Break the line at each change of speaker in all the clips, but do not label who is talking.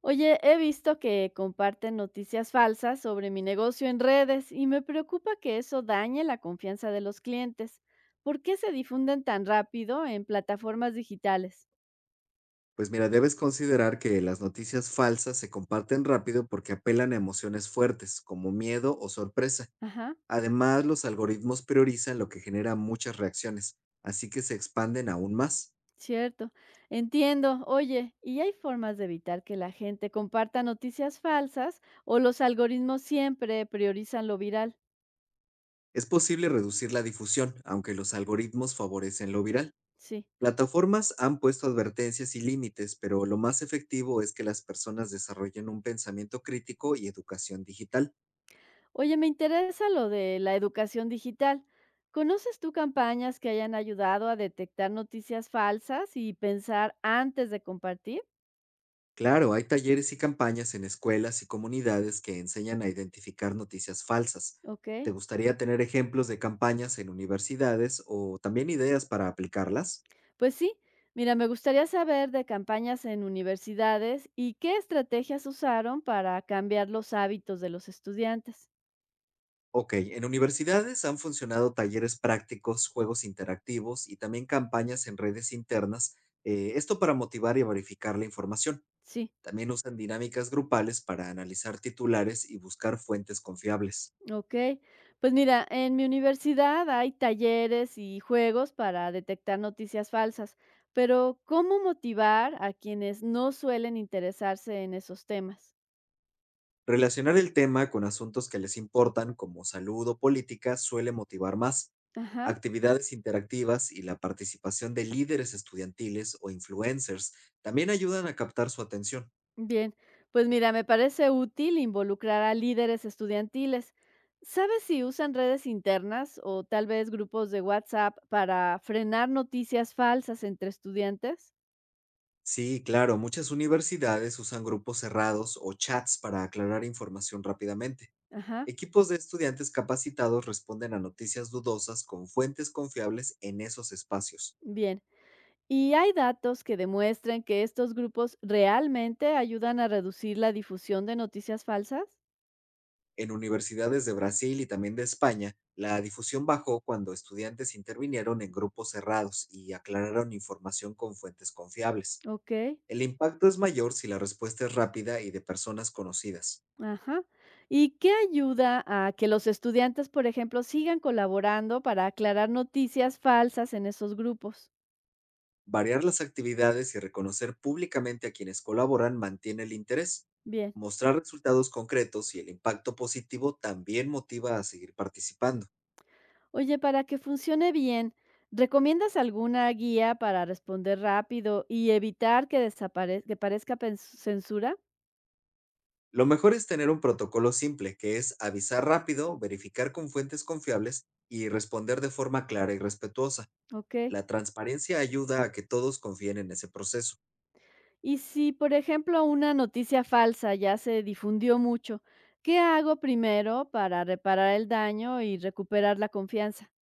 Oye, he visto que comparten noticias falsas sobre mi negocio en redes y me preocupa que eso dañe la confianza de los clientes. ¿Por qué se difunden tan rápido en plataformas digitales?
Pues mira, debes considerar que las noticias falsas se comparten rápido porque apelan a emociones fuertes, como miedo o sorpresa.
Ajá,
Además, los algoritmos priorizan lo que genera muchas reacciones, así que se expanden aún más.
cierto. Entiendo. Oye, ¿y hay formas de evitar que la gente comparta noticias falsas o los algoritmos siempre priorizan lo viral?
Es posible reducir la difusión, aunque los algoritmos favorecen lo viral.
Sí.
Plataformas han puesto advertencias y límites, pero lo más efectivo es que las personas desarrollen un pensamiento crítico y educación digital.
Oye, me interesa lo de la educación digital. ¿Conoces tú campañas que hayan ayudado a detectar noticias falsas y pensar antes de compartir?
Claro, hay talleres y campañas en escuelas y comunidades que enseñan a identificar noticias falsas.
Ok,
¿Te gustaría tener ejemplos de campañas en universidades o también ideas para aplicarlas?
pues sí. Mira, me gustaría saber de campañas en universidades y qué estrategias usaron para cambiar los hábitos de los estudiantes.
Ok, en universidades han funcionado talleres prácticos, juegos interactivos y también campañas en redes internas, esto para motivar y verificar la información.
Sí.
También usan dinámicas grupales para analizar titulares y buscar fuentes confiables.
Okey. Pues mira, en mi universidad hay talleres y juegos para detectar noticias falsas, pero ¿cómo motivar a quienes no suelen interesarse en esos temas?
Relacionar el tema con asuntos que les importan, como salud o política, suele motivar más.
Ajá,
Actividades interactivas y la participación de líderes estudiantiles o influencers también ayudan a captar su atención.
bien. Pues mira, me parece útil involucrar a líderes estudiantiles. ¿Sabes si usan redes internas o tal vez grupos de WhatsApp para frenar noticias falsas entre estudiantes?
Sí, claro, muchas universidades usan grupos cerrados o chats para aclarar información rápidamente.
Ajá,
Equipos de estudiantes capacitados responden a noticias dudosas con fuentes confiables en esos espacios.
bien. Y hay datos que demuestren que estos grupos realmente ayudan a reducir la difusión de noticias falsas.
En universidades de Brasil y también de España, la difusión bajó cuando estudiantes intervinieron en grupos cerrados y aclararon información con fuentes confiables.
Ok,
El impacto es mayor si la respuesta es rápida y de personas conocidas.
ajá. ¿Y qué ayuda a que los estudiantes, por ejemplo, sigan colaborando para aclarar noticias falsas en esos grupos?
Variar las actividades y reconocer públicamente a quienes colaboran mantiene el interés.
Bien.
Mostrar resultados concretos y el impacto positivo también motiva a seguir participando.
Oye, para que funcione bien, ¿recomiendas alguna guía para responder rápido y evitar que, que parezca censura?
Lo mejor es tener un protocolo simple, que es avisar rápido, verificar con fuentes confiables y responder de forma clara y respetuosa.
Ok.
La transparencia ayuda a que todos confíen en ese proceso.
Y si, por ejemplo, una noticia falsa ya se difundió mucho, ¿qué hago primero para reparar el daño y recuperar la confianza?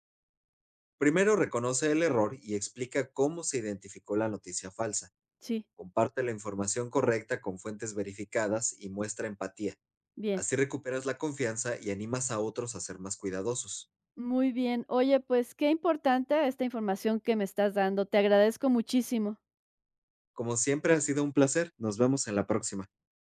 Primero reconoce el error y explica cómo se identificó la noticia falsa.
Sí,
Comparte la información correcta con fuentes verificadas y muestra empatía.
bien,
Así recuperas la confianza y animas a otros a ser más cuidadosos.
muy bien. Oye, pues qué importante esta información que me estás dando. Te agradezco muchísimo.
Como siempre ha sido un placer, nos vemos en la próxima.